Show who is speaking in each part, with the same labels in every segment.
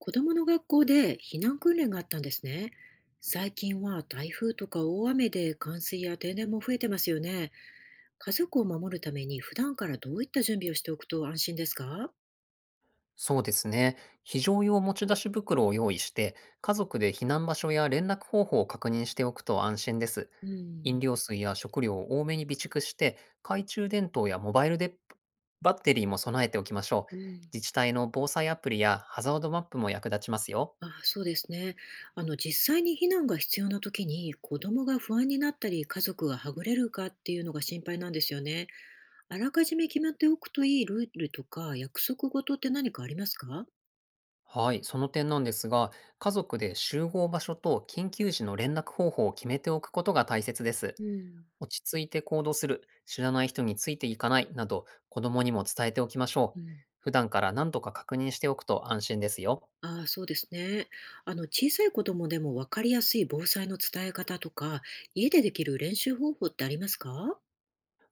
Speaker 1: 子供の学校で避難訓練があったんですね。最近は台風とか大雨で冠水や停電も増えてますよね。家族を守るために普段からどういった準備をしておくと安心ですか？
Speaker 2: そうですね。非常用持ち出し袋を用意して、家族で避難場所や連絡方法を確認しておくと安心です。
Speaker 1: う
Speaker 2: 飲
Speaker 1: ん。
Speaker 2: 料水や食料を多めに備蓄して、懐中電灯やモバイルでバッテリーも備えておきましょう。
Speaker 1: うん。
Speaker 2: 自治体の防災アプリやハザードマップも役立ちますよ。
Speaker 1: あ、そうですね。実際に避難が必要な時に子供が不安になったり家族がはぐれるかっていうのが心配なんですよね。あらかじめ決まっておくといいルールとか約束事って何かありますか？
Speaker 2: はい、その点なんですが、家族で集合場所と緊急時の連絡方法を決めておくことが大切です。
Speaker 1: うん。
Speaker 2: 落ち着いて行動する、知らない人についていかないなど、子供にも伝えておきましょ
Speaker 1: う
Speaker 2: う。
Speaker 1: ん。
Speaker 2: 普段から何度か確認しておくと安心ですよ。
Speaker 1: ああ、そうですね。小さい子供でも分かりやすい防災の伝え方とか、家でできる練習方法ってありますか？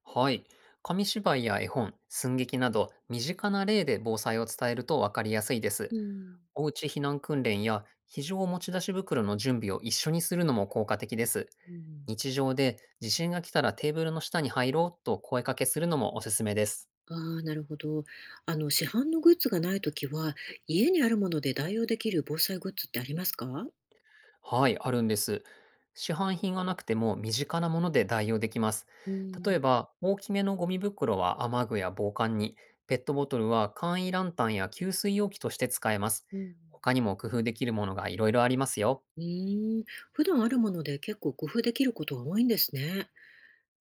Speaker 2: はい。紙芝居や絵本、寸劇など、身近な例で防災を伝えると分かりやすいで
Speaker 1: う
Speaker 2: す。
Speaker 1: ん、
Speaker 2: おうち避難訓練や非常持ち出し袋の準備を一緒にするのも効果的です。
Speaker 1: うん、
Speaker 2: 日常で地震が来たらテーブルの下に入ろうと声かけするのもおすすめです。
Speaker 1: ああ、なるほど。市販のグッズがないときは、家にあるもので代用できる防災グッズってありますか？
Speaker 2: はい、あるんです。市販品がなくても身近なもので代用できます。
Speaker 1: う
Speaker 2: 例え
Speaker 1: ん、
Speaker 2: ば、大きめのゴミ袋は雨具や防寒に、ペットボトルは簡易ランタンや給水容器として使えます。
Speaker 1: うん。
Speaker 2: 他にも工夫できるものがいろいろありますよ。
Speaker 1: うーん、普段あるもので結構工夫できることが多いんですね。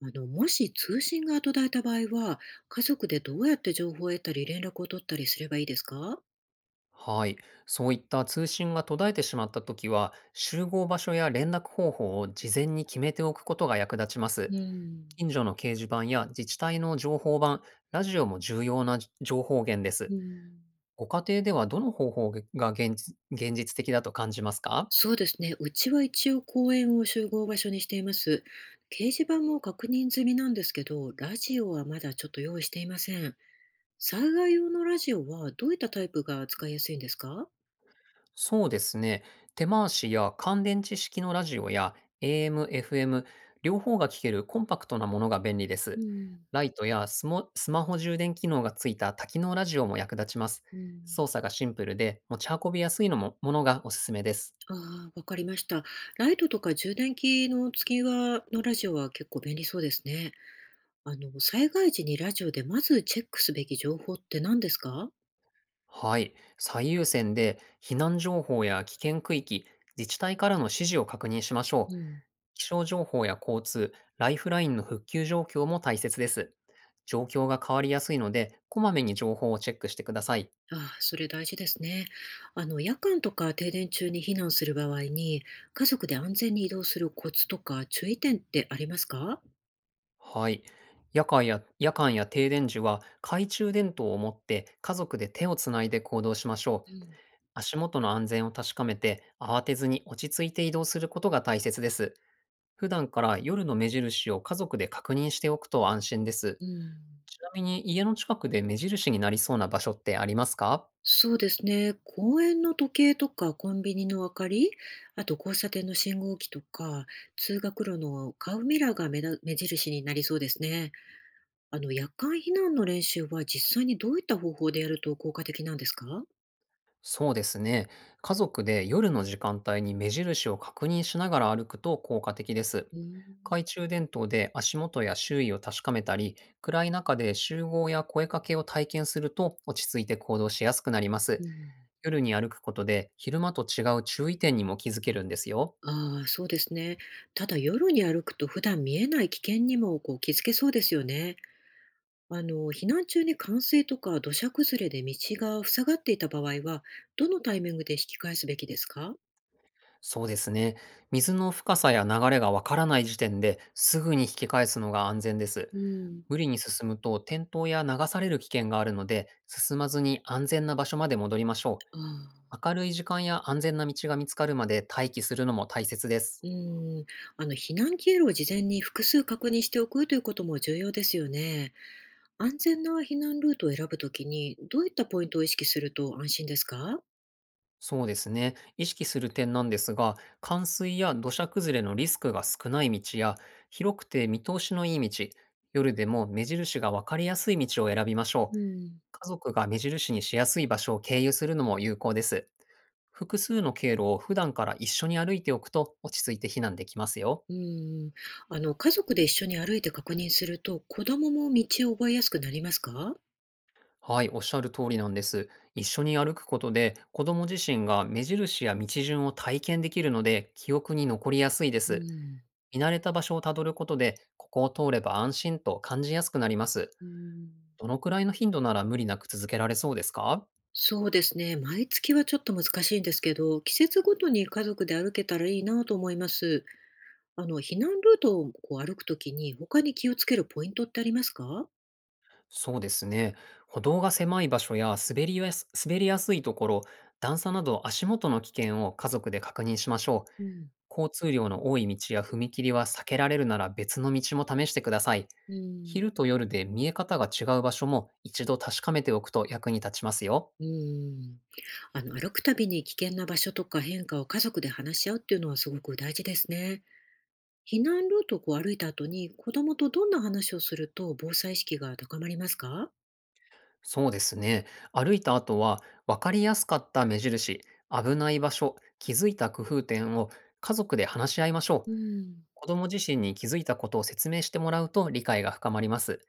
Speaker 1: もし通信が途絶えた場合は、家族でどうやって情報を得たり連絡を取ったりすればいいですか？
Speaker 2: はい、そういった通信が途絶えてしまった時は、集合場所や連絡方法を事前に決めておくことが役立ちます。
Speaker 1: うん。
Speaker 2: 近所の掲示板や自治体の情報板、ラジオも重要な情報源で
Speaker 1: うー
Speaker 2: す。
Speaker 1: ん、
Speaker 2: ご家庭ではどの方法が現実的だと感じますか？
Speaker 1: そうですね。うちは一応公園を集合場所にしています。掲示板も確認済みなんですけど、ラジオはまだちょっと用意していません。災害用のラジオはどういったタイプが使いやすいんですか？
Speaker 2: そうですね。手回しや乾電池式のラジオや AM、FM、エフエム両方が聴けるコンパクトなものが便利で
Speaker 1: う
Speaker 2: す。
Speaker 1: ん、
Speaker 2: ライトやスマホ充電機能がついた多機能ラジオも役立ちます。
Speaker 1: うん。
Speaker 2: 操作がシンプルで持ち運びやすいのもものがおすすめです。
Speaker 1: ああ、わかりました。ライトとか充電器の付きはのラジオは結構便利そうですね。災害時にラジオでまずチェックすべき情報って何ですか？
Speaker 2: はい、最優先で避難情報や危険区域、自治体からの指示を確認しましょ
Speaker 1: う
Speaker 2: う。
Speaker 1: ん。
Speaker 2: 気象情報や交通、ライフラインの復旧状況も大切です。状況が変わりやすいので、こまめに情報をチェックしてください。
Speaker 1: ああ、それ大事ですね。夜間とか停電中に避難する場合に、家族で安全に移動するコツとか注意点ってありますか？
Speaker 2: はい。夜間や停電時は懐中電灯を持って家族で手をつないで行動しましょ
Speaker 1: う
Speaker 2: う。
Speaker 1: ん、
Speaker 2: 足元の安全を確かめて、慌てずに落ち着いて移動することが大切です。普段から夜の目印を家族で確認しておくと安心です。
Speaker 1: うん、
Speaker 2: ちなみに家の近くで目印になりそうな場所ってありますか？
Speaker 1: そうですね。公園の時計とかコンビニの明かり、あと交差点の信号機とか、通学路のカーブミラーが目印になりそうですね。夜間避難の練習は実際にどういった方法でやると効果的なんですか？
Speaker 2: そうですね。家族で夜の時間帯に目印を確認しながら歩くと効果的です。
Speaker 1: うん、
Speaker 2: 懐中電灯で足元や周囲を確かめたり、暗い中で集合や声かけを体験すると落ち着いて行動しやすくなります。
Speaker 1: うん。
Speaker 2: 夜に歩くことで昼間と違う注意点にも気づけるんですよ。
Speaker 1: ああ、そうですね。ただ夜に歩くと普段見えない危険にもこう気づけそうですよね。避難中に冠水とか土砂崩れで道が塞がっていた場合は、どのタイミングで引き返すべきですか？
Speaker 2: そうですね。水の深さや流れがわからない時点ですぐに引き返すのが安全です。
Speaker 1: うん、
Speaker 2: 無理に進むと転倒や流される危険があるので、進まずに安全な場所まで戻りましょ
Speaker 1: ああ、
Speaker 2: う。明るい時間や安全な道が見つかるまで待機するのも大切です。
Speaker 1: うん、避難経路を事前に複数確認しておくということも重要ですよね。安全な避難ルートを選ぶときに、どういったポイントを意識すると安心ですか？
Speaker 2: そうですね。意識する点なんですが、冠水や土砂崩れのリスクが少ない道や、広くて見通しのいい道、夜でも目印がわかりやすい道を選びましょ
Speaker 1: う
Speaker 2: う。
Speaker 1: ん。
Speaker 2: 家族が目印にしやすい場所を経由するのも有効です。複数の経路を普段から一緒に歩いておくと落ち着いて避難できますよ。
Speaker 1: うん、家族で一緒に歩いて確認すると、子供も道を覚えやすくなりますか？
Speaker 2: はい、おっしゃる通りなんです。一緒に歩くことで子供自身が目印や道順を体験できるので記憶に残りやすいで
Speaker 1: う
Speaker 2: す。
Speaker 1: ん、
Speaker 2: 見慣れた場所をたどることでここを通れば安心と感じやすくなります。
Speaker 1: うん、
Speaker 2: どのくらいの頻度なら無理なく続けられそうですか？
Speaker 1: そうですね。毎月はちょっと難しいんですけど、季節ごとに家族で歩けたらいいなと思います。避難ルートをこう歩くときに、他に気をつけるポイントってありますか？
Speaker 2: そうですね。歩道が狭い場所や滑りやすいところ、段差など足元の危険を家族で確認しましょう。
Speaker 1: うん、
Speaker 2: 交通量の多い道や踏切は避けられるなら別の道も試してください。
Speaker 1: うん。
Speaker 2: 昼と夜で見え方が違う場所も一度確かめておくと役に立ちますよ。
Speaker 1: うん。歩くたびに危険な場所とか変化を家族で話し合うっていうのはすごく大事ですね。避難ルートをこう歩いた後に子供とどんな話をすると防災意識が高まりますか？
Speaker 2: そうですね。歩いた後は分かりやすかった目印、危ない場所、気づいた工夫点を家族で話し合いましょ
Speaker 1: う
Speaker 2: う。
Speaker 1: ん、
Speaker 2: 子供自身に気づいたことを説明してもらうと理解が深まります。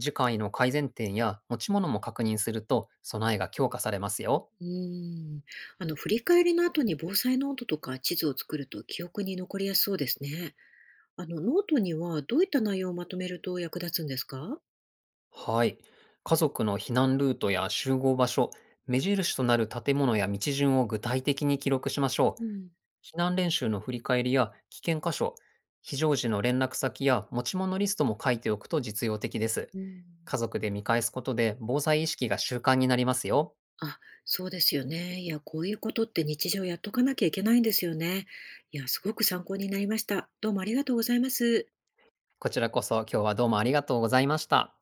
Speaker 2: 次回の改善点や持ち物も確認すると備えが強化されますよ。
Speaker 1: うん。あ、の、振り返りの後に防災ノートとか地図を作ると記憶に残りやすそうですね。ノートにはどういった内容をまとめると役立つんですか？
Speaker 2: はい。家族の避難ルートや集合場所、目印となる建物や道順を具体的に記録しましょう。
Speaker 1: うん、
Speaker 2: 避難練習の振り返りや危険箇所、非常時の連絡先や持ち物リストも書いておくと実用的です。
Speaker 1: うん。
Speaker 2: 家族で見返すことで防災意識が習慣になりますよ。
Speaker 1: あ、そうですよね。いや、こういうことって日常やっとかなきゃいけないんですよね。いや、すごく参考になりました。どうもありがとうございます。
Speaker 2: こちらこそ今日はどうもありがとうございました。